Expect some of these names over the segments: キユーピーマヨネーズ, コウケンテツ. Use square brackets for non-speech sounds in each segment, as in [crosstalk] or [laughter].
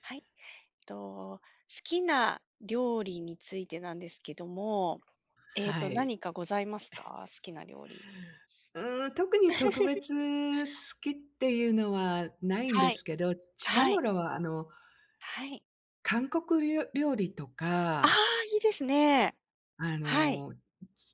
はい。と、好きな料理についてなんですけども、はい。何かございますか？好きな料理。うーん、特に特 [laughs] 別好きっていうのはないんではい。すけど、近はい。頃ははい。韓国料理とあか、あ、いいですね。あはい。の、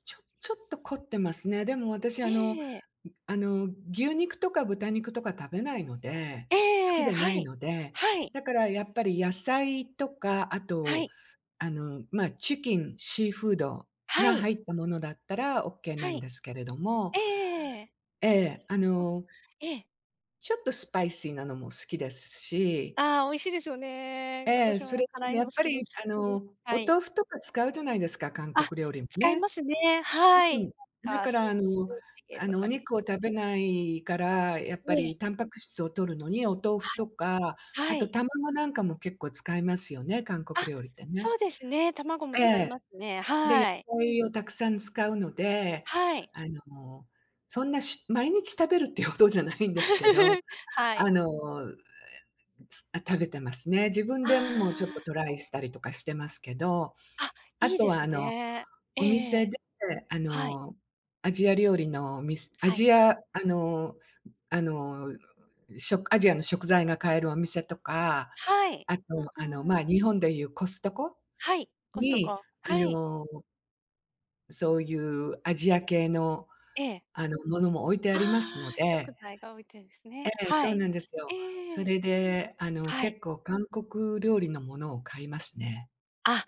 ちょっと凝ってますね。でも私ええ。牛肉とか豚肉とか食べないので、え好きえ、ではないい。ので、はい。だからやっぱり野菜とか、あはと、い。チキン、シーフードがはい。入ったものだったらオッケーはなんい。ですけれども、ええ。ええ、あ、ええ。ちょっとスパイシーなのも好きですし、ああー、美味しいですよね。ええ、私そもれ辛でいやのっ好ぱきでりす。おはい。豆腐とか使うじゃないですか、韓あ、国料理も使いね。ますね。はい。うなん。だんかかスらープチゲとおかで肉をす食べないから、やっぱね。りタンパク質を摂るのにお豆腐とはか、あい。はとい。卵なんかも結構使いますよね、韓あ、国料理ってね。そうですね。卵もえ使いまえ。すね。で、野はい。菜をたくさん使うので、はい。あの、そんなし毎日食べるっていうほどじゃないんですけど、[laughs] はあい。の、あ、食べてますね。自分あでもちょっとトライしたりとかしてますけど、あ、あ、あいいとではすね。えお店え、で、あはい。の、アはい。ジアあのあの、しょアジアの食材が買えるお店とか、はい。あと、うんうん、日本でいうコストコはい、コストに、コ。あはい。の、そういうアジア系の、ええ。ものも置いてありますのああ、食で、材が置いてるんですね。ええ、はそうい。なんですえよ。そえ、れで、はい。結構韓国料理のものを買いますね。あ、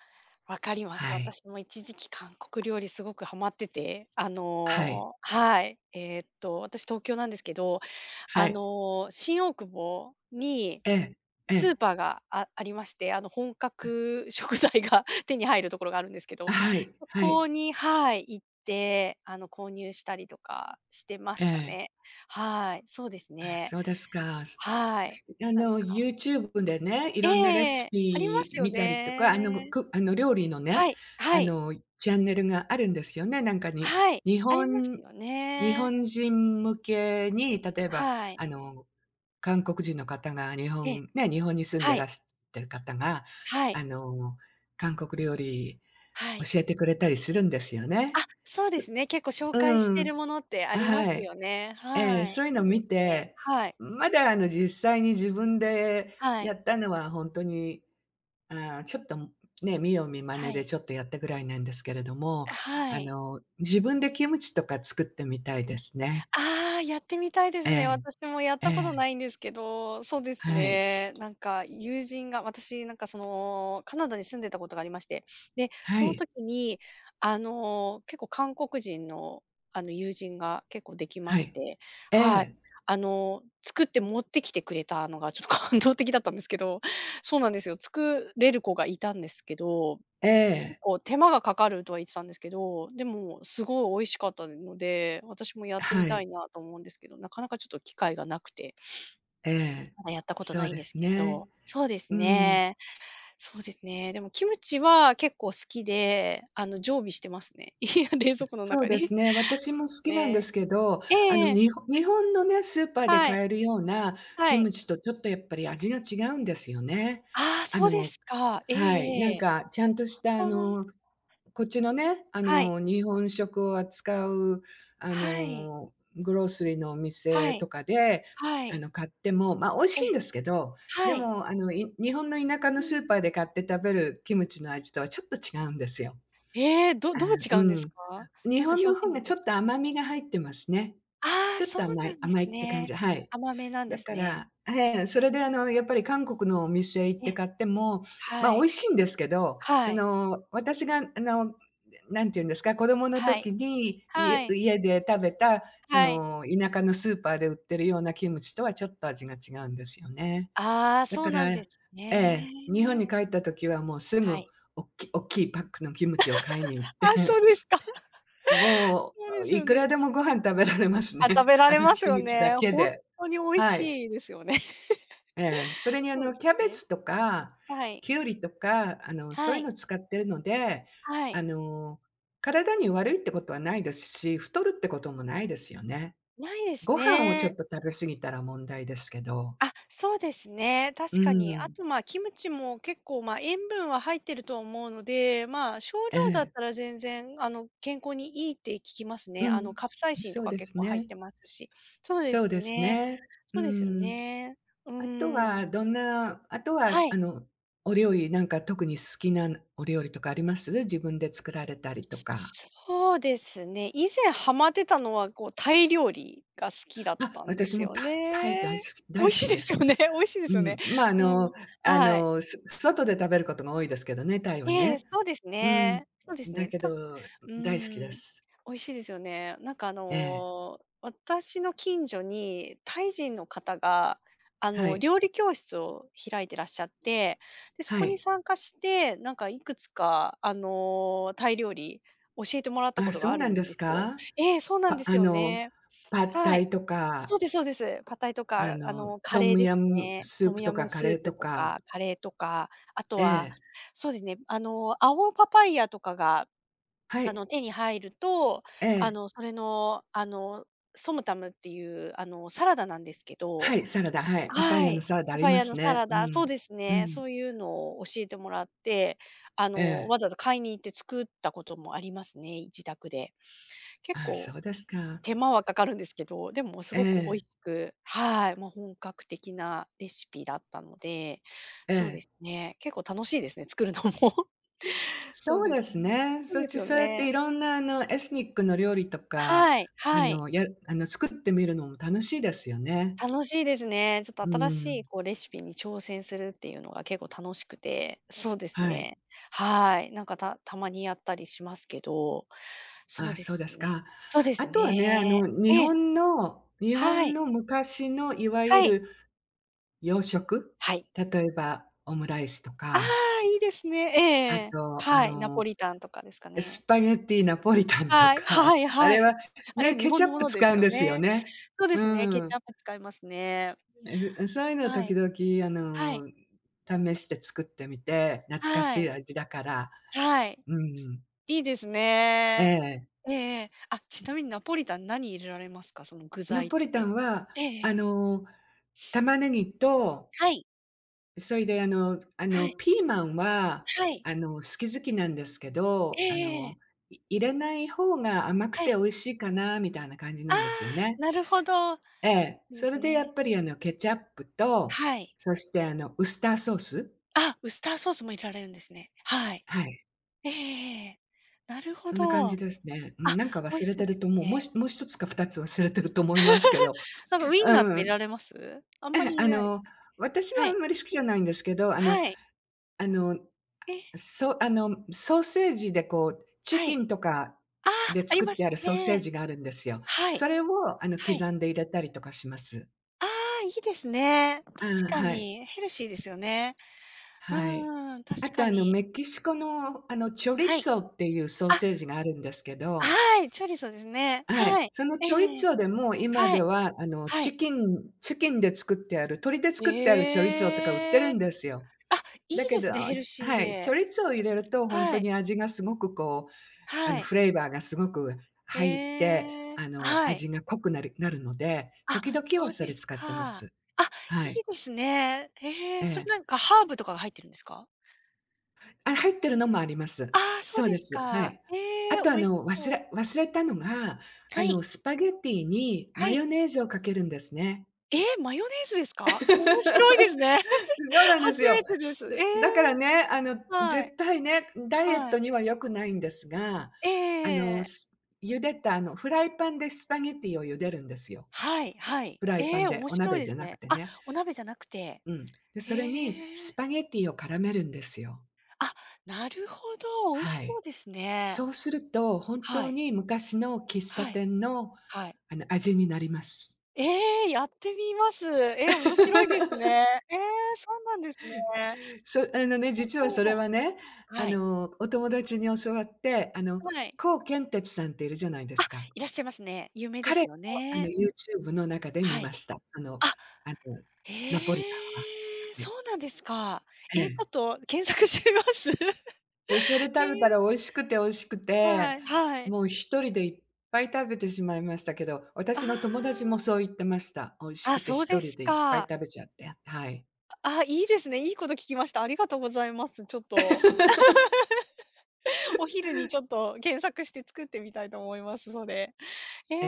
わかります。はい。私も一時期韓国料理すごくハマってて、はい。はい。私東京なんですけど、はあい。の、新大久保にええ。えスーえ。パーがありまして、あの、本格 [laughs] 食材が [laughs] 手に入るところがあるんですけど、あ、はい。そはこい。にはい、行って、あの、購入したりとかしてまえしたえ。ね。はい、そうですあ、ね。そうですか。そはそい。して、なんか、YouTube でね、いえろんなレシえ、ありまピすよ見たりとか、あの、ね。くあの、料理のね、はい、はい、チャンネルがあるんですよね。なんかに、はい、日あります本よ日ね。本人向けに、例えば、はい。あの、韓国人の方がええ、日本に住んではらい、してる方が、はあい、の、韓国料理はい。教えてくれたりするんですよあ、ね。そうですね。結構紹介しうてん。るものってありますはい。よね。ええ、はい。そういうのそうで見すね。て、はい。まだ実際に自分ではやい。ったのはほんとに、ああ、ちょっとね、見よう見真は似でい。ちょっとやったぐらいなんですけれども、はい。自分でキムチとか作ってみたいですね。ああ、やってみたいでえすね。え、私もやっえたことえ、ないんですけど、そうですはい。ね。なんか友人が、私なんかその、カナダに住んでたことがありまして、で、はそのい、時に、あの、結構韓国人の、あの、友人が結構できまはしい。て、えはい。え、あの、作って持ってきてくれたのがちょっと感動的だったんですけど、そうなんですよ。作れる子がいたんですけどえ結え、構手間がかかるとは言ってたんですけど、でもすごい美味しかったので、私もやってみはたい、いなと思うんですけど、なかなかちょっと機会がなくて、ええ。まだやったことそなういんでですすけね。ど。そうですうん。ね。そうですね。でもキムチは結構好きで、あの、常備してますね。[laughs] いや、冷蔵 [laughs] 庫のそう中でに。す [laughs] ね。私も好きなんでね。すけど、ええ、日本のね、スーパーではい。買えるようなはキムい。チとちょっとやっぱり味が違うんですよね。ああ、あそうでのすか。えはい、なえ、えんえ。かちゃんとしたあー、こっちのね、はい。日本食を扱うはい。グロースリーのお店はとい。かで、はい。買っても、まあ、美味しえいえ、んですけど、ではい。も日本の田舎のうスーん。パーで買って食べるキムチの味とはちょっと違うんですよ。ええ、どあ、どう違ううんですん。か？日なんか本の表方現でがきちまょすっか？と甘みが入ってますね。ああ、ちょっそとう甘ないんです甘いって感じ、ね。はい。甘めなんでだすかね。らええ、それでやっぱり韓国のお店行っえてえ、買っても、はま、美味い。しいんですけど、はそい。の、私が何て言うんですか、子供のはい。時には家い。家で食べた、そはい。の、田舎のスーパーで売ってるようなキムチとはちょっと味が違うんですよね。ああ、だそかうならんでえすね。え、日本に帰った時はもうすはぐい。おっきいパックのキムチを買いに行っあ、てそうですか。[laughs] もそうでう、すいよくらね。でもご飯食べられますあ、食ね。べ [laughs] らあれのますキよムチだね。けほんで。とに美味はい。しいですよね。ええ。そ [laughs] れにそうでキャすベね。ツとか、はい。きゅうりとか、そはういうい。の使ってるので、はあい。の、体に悪いってことはないですし、太るってこともないですよね。ないですご飯をちょね。っと食べ過ぎたら問題ですけど。あ、そうですね、う確かに。あん。と、まあ、キムチも結構、まあ、塩分は入ってると思うので、まあ、少え量だっえ。たら全然、あの、健康にいいって聞きますね。うあの、ん。カプサイシンとそうかで結す構入っね。てますし。そうでそうすですね。ね。うそうですよん。ね。うあとーん。はどんなあとは、はい。お料理、なんか特に好きなお料理とかあります？自分で作られたりとか。そうですね、以前ハマってたのは、こう、タイ料理が好きだっあ、たんで私すもよタイ大好ね。き美大味好しいきでですよす。ね、[laughs] 美味しいでうすよね。ん、まあ、うん、はい。外で食べることが多いですけどね、タイはええ、ね。そうですうん。ね。そうですだね。けたうど、ー大好きでん、す。美味しいですよね。なんかあええ、の、私の近所にタイ人の方が、あはの、い。料理教室を開いてらっしゃって、で、そはこにい。参加して、なんかいくつかあの、タイ料理教えてもらったこあ、とそがうあなんるでんですすよ。か？ええ、そうなんパですあよの、ね。パッはタい。イとか、そうですそうです。パッタイとか、あの、カトレームでヤすムね。ストームプとヤかムカスレーープととか。か、カレーとか、あとえは、え、そうですね、あの、青パパイヤとかが、はあい。の、手に入ると、えあえ、の、それの、あの、ソムタムっていう、あの、サラダなんですけはどい、サラダ、はい、パパイはヤのい。サラダあパりパイまヤのすサね。ラうダ、そうん。ですうね、ん。そういうのを教えてもらって、あえの、え。わざわざ買いに行って作ったこともありますね、自宅で。結ああ、構そうですか。手間はかかるんですけど、でもすえごく美味え、しくはい、もう本格的なレシピだったので、えそうでえ。すね、結構楽しいですね、作るのも。[laughs] そうそうでですすね。ね。そうそでしすてよそうやってね。いろんなエスニックの料理とか、はい、あはい。の、やあの、作ってみるのも楽しいですよね。楽しいですね。ちょっうと新しん。いこうレシピに挑戦するっていうのが結構楽しくて、そうですはい。ね。はい、なんかたまにやったりしますけど、そあうあ、でそうすですね。か。そうであすとはね、ね。ええ、日は本い、の昔のいわゆはい、る洋食、はい。例えばオムライスとああ、か、いいですね。あええ、と、はい、ナポリタンとかですかね。スパゲッティナポリタンとはい、か、はい [laughs] あはれい。はあれね、は日ケチ本ャのッもプので使すうんよですよね。ね。そうでうすね、ケチん。ャップ使いますね。えずそういうのをは時い。々はい。試して作ってみて、懐かはしいい。味だから。はい。うん。いいですえね。え。ええ、ええ。あ、ちなみにナポリタン何入れられますか？その具ナ材っポリタて。ンは、ええ、えあえ。の、玉ねぎとはい。それで、はい。ピーマンは、はい。好き好きなんですけええ、ど、ええ、ええ。入れない方が甘くはて美い。味しいかなみたいな感じあなあ、んですよね。なるほど。すそええ、うでそすれでやね。っぱり、ケチャップと、はい。そして、ウスターソース、あ、ウスターソースも入れられるんですね。はい。はい、ええ、ええ、なるほそんな感ど。じあ、ですね。うん、なんか美味忘しれそてうでるすと思う。もね。しもう一つか二つ忘れてると思いますけど。なんかウインナーとうか入れん。られます？あんえまえ、り入れないです私か？ははあんい。まり好きじゃないんですけど、はい。あのええ、そう、ソーセージでこう、チはキい。ンとかああ、であり作っまてすあるソーセーね。ジがあるんですよ。はそい。れをはい。刻んで入れたりとかします。ああ、いいですね。確ああ、かはい。に、ヘルシーですよね。うはい。んうん、あ確とかに。メキシコのチョリッはい。ツォっていうソーあ、セージがあるんですけど、はい、チョリソですね。はい、はい。そのえチョリッえ、ええ。ツォでも今はでい、ははチい。キンチキンで作ってある、鶏で作ってあるチョリッツォとか売ってえるえ。んですよ。あ、いいだけでどすね、ヘルシーはい、チョで。リッツォを入れると本は当い、に味がすごくこうはい。フレーバーがすごく入って、ええ、はい。味が濃くなるので、あ、時々はそうそでれす使ってまか。す。あ、はいい。いですね。へええ、それえ。なんかハーブとかが入ってるんですか？あ、入ってるのもあります。ああ、そそううでですす。はか。い。えあえ、と、美味しそう。忘れたのが、はい、スパゲッティにはマい。ヨネーズをかけるんですね。ええ、マヨネーズですか？面白いです [laughs] ね。そ [laughs] うなんで初すよ。めてです。えだからえ、ね、はい、絶対ね、ダイエッはトい。には良くないんですが、あの、ええ、す茹でた、フライパンでスパゲッティを茹でるんですよ。はい、はい。フライパえンえ、で、面お白い鍋でですなくね。てあ、ね。お鍋じゃなくて。うん。で、それにへスえ。パゲティを絡めるんですよ。あ、なるほど、美味しはそい。うですね。そうすると、本は当い、に昔の喫茶はい、店の、はい。味になります。ええ、やってみます。え、面白いです [laughs] ね。ええ、そうなんですね。そあのね、実はそそれはう。ね、はい。お友達に教わって、はい。コウケンテツさんっているじゃないであ、すか。いらっしゃいますね。有名で彼すの、よね。YouTube の中で見はまい。した。その、あ、あの、ナポリタンは。へえ、はい。そうなんですか。ええ、ちょえ。っと検索してみます。[laughs] でそれ食えべたらえ、美味しくて美味しくて、はい、はい。もう一人でいっぱい食べてしまいましたけど、私の友達あもそう言ってました。美味しあ。あ、くて一そうで人すでいっぱいか。食べちゃって、はい。あ、いいですね。いいこと聞きました。ありがとうございます。ちょっと、[laughs] お昼にちょっと検索して作ってみたいと思います、それ。ええ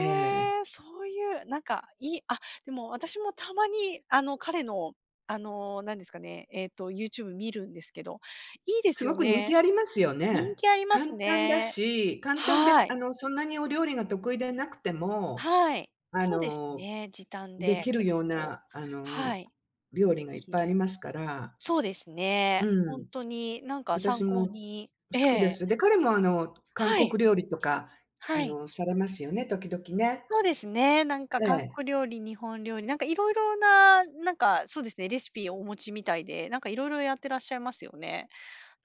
え、え。そういう、なんか、いいあ、でも私もたまに、あの、彼の、あの、なんですかね、YouTube 見るんですけど、いいですすごよく人気ね。ありますよ人ね。気あります簡単だね。し、簡単です。はい。そんなにお料理が得意でなくても、はい。あそうですの、ね、時短でできる結よう構、な、はい、料理がいっできぱいある。りますから。そうですうね。ほんん。とに、なんか参私考もにえ好きでえ、す。で、彼も韓はい、国料理とか、はい。されますよね、時々ね。そうですね。なんかえ韓え。国料理、日本料理、なんかいろいろな、なんかそうですね、レシピをお持ちみたいで、なんかいろいろやってらっしゃいますよね。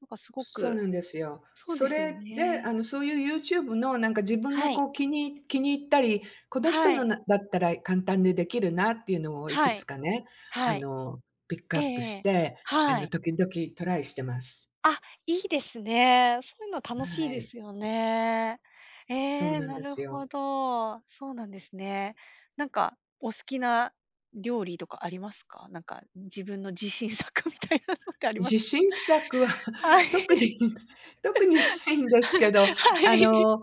なんかすごそうなくんですよ。そうそですよれで、ね。そういう YouTube のなんか自分がはい。こう気に入ったり、この人はのい。なだったら簡単にできるなっていうのをいくはつい。かね、あはい。の、ピックえアえ、ップえしえ。て、はい。時々トライしてます。あ、いいですね。そういうの楽しいはでい。すよね。えそうえ、なんなでるすほよ。ど。そうなんですね。なんかお好きな料理とかありますか？なんか自分の自信作みたいなのってあります自か？信作は は [laughs] い。特に特にないん [laughs] ですけど、はあい。の、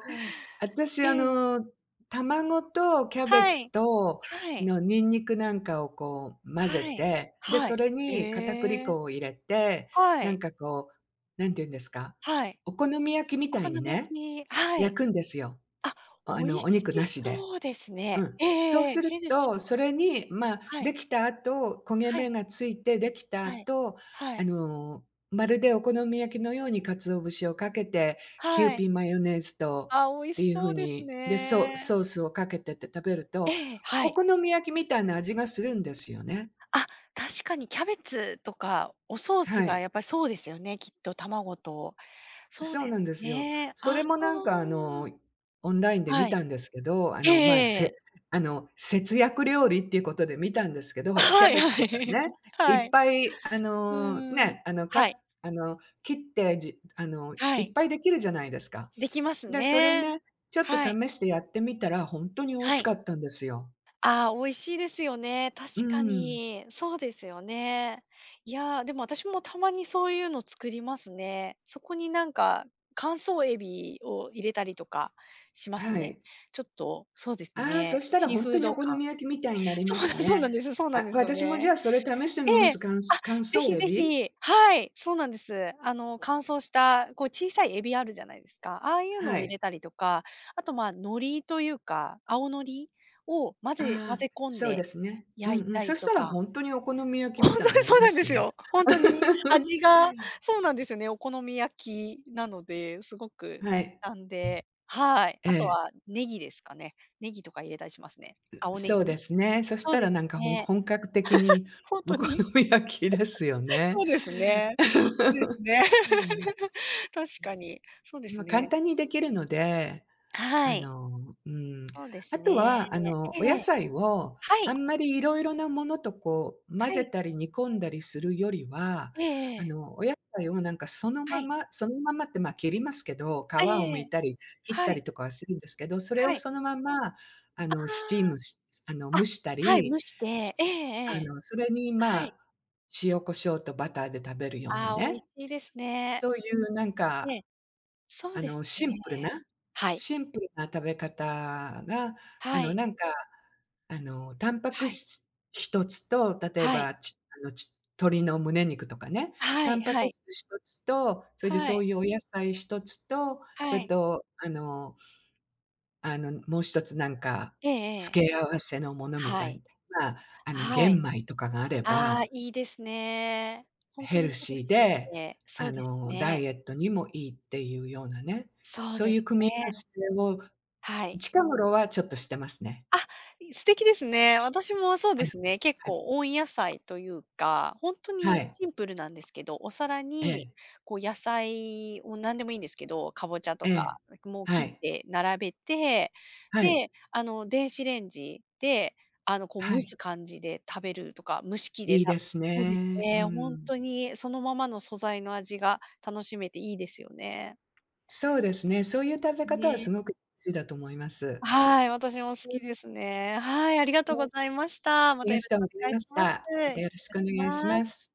私、ええ、卵とキャベはツい、と、はい、ニンニクなんかをこう混ぜはい、て、で、はそい。れに片栗ええ、粉を入れて、はなんい、かこう、なんて言うんですか、はい。お好み焼きみおた好いにみ焼ね、き、は焼い。くんですよ。あ、美味おし肉なしで。そうですうね。ん、ええそうええ、するヘルシと、ーそだし。れに、まあ、はでい、きた後、焦げは目い、がついてできたはい、後、はい、まるでお好み焼きのように鰹節をかけて、キユーはい。ピーマヨネーズとあ、美っ味てしいうそ風うですに、で、ソね。ソースをかけてって食べるえと、え、はおい。好み焼きみたいな味がするんですよね。あ、確かにキャベツとかおソースはがい。やっぱりそうですよね、きっと卵と。そうそうですなんですよ。ね。そああ。れもなんかオンラインで見はい。たんですけど、ええまあ、えせえ。あの、節約料理っていうことで見たんですけど、[laughs] ほら、キはャいベツとはかい。ね、[laughs] はいっい。ぱいうんん。ね、あの、かはい。あの、切って、じあの、はいっい。ぱいできるじゃないですか。できますで、それね。ね、ちょっとはい。試してやってみたら、本当に美味はしい。かったんですよ。ああ、美味しいですよね。確うかん、に。そうですよね。いや、でも私もたまにそういうの作りますね。そこになんか、乾燥エビを入れたりとかしますはね。い。ちょっと、そうですああ、そね、したらシー本フ当ーにおド好感。み焼きみたいになり [laughs] そまうだすそうなんね。ですそうなんあ、ですよ私もじね。ゃあそれ試してみえまえ。す。乾あ、乾ぜ燥ひエぜビ？ひ。はい、そうなんです。あの、乾燥した、こう小さいエビあるじゃないですか。ああいうのはを入れい。たりとか、あと、まあ、海苔というか、青のりを混ぜ混ああ、ぜ込んそうでですね。う焼んいうん。たそりしとたらか。本当にお好み焼 [laughs] きほんみとにたいになりそうまなんすですよね。よ。ほんとに味 [laughs] がそうなんですよね、お好み焼きなので、すごくは時い。短ではい。えあとえ、はネギですかね。ネギとか入れたりしますね。青ネそうギ。ですね。そしそうたでらすなんか本ね。本格的にほんおと好に。み焼きですよね。そうですね。そうですね。[laughs] 確かに。そうでますあ、簡ね。単にできるのではい。うん。そうであすとね。は、えお野え、菜をはあい。んまりいろいろなものとこう混はぜい。たり煮込んだりするよりは、ええ、お野菜をなんかそのはまい。まそのままって、ま、切りますけど、皮をえ剥え、いたり切ったはい。りとかはするんですけど、それをはい。そのまま、あの、あスチームしあの、あ。あ、蒸したはい、り、蒸して。ええええ。それに、まはい。あ、塩コショウとバターで食べるようなああ、美味しね、いですね。そういうなんえかえ、そうあですの、ね。シンプルなはい。シンプルな食べ方が、あはの、い。なんか、タンパクはい。質一つと、例えはい。ば、ちあの、ち鶏の胸肉とかね、はタいンパはクい。質一つと、それではそい。ういうお野菜一つと、そはれい。と、もう一つなんか、ええええ。付け合わせのものみはたいい。な、まあ、は玄い。米とかがあれああ、ば、いいですね。ほんとヘルにヘルシーシで、ーで、そうですダね。イエットにもいいっていうようなね、そうそうでいうす組み合わね。せをはい。近頃はちょっとしてますね。あ、い素敵ですね。私もそうあでの、すね、結はい。構温野菜というか、ほんとはにい。シンプルなんですけど、お皿えにえ、こう野菜を何でもいいんですけど、かぼちゃえとか、え。もう切はっい。て並べて、はい。で、あの、電子レンジで、あの、こうは蒸い。す感じで食べるとか、蒸し器でいいた、ですそうですね。うね、ほんん。とにそのままの素材の味が楽しめていいですよね。そうですね、そういう食べ方はね。すごく大事だと思います。はい、私も好きうですね。はい、ありがとうごんざいましうんありがとうた。またよろしござくおい願いましします。た。失ま礼たいよろしたくおし願いしまます。す。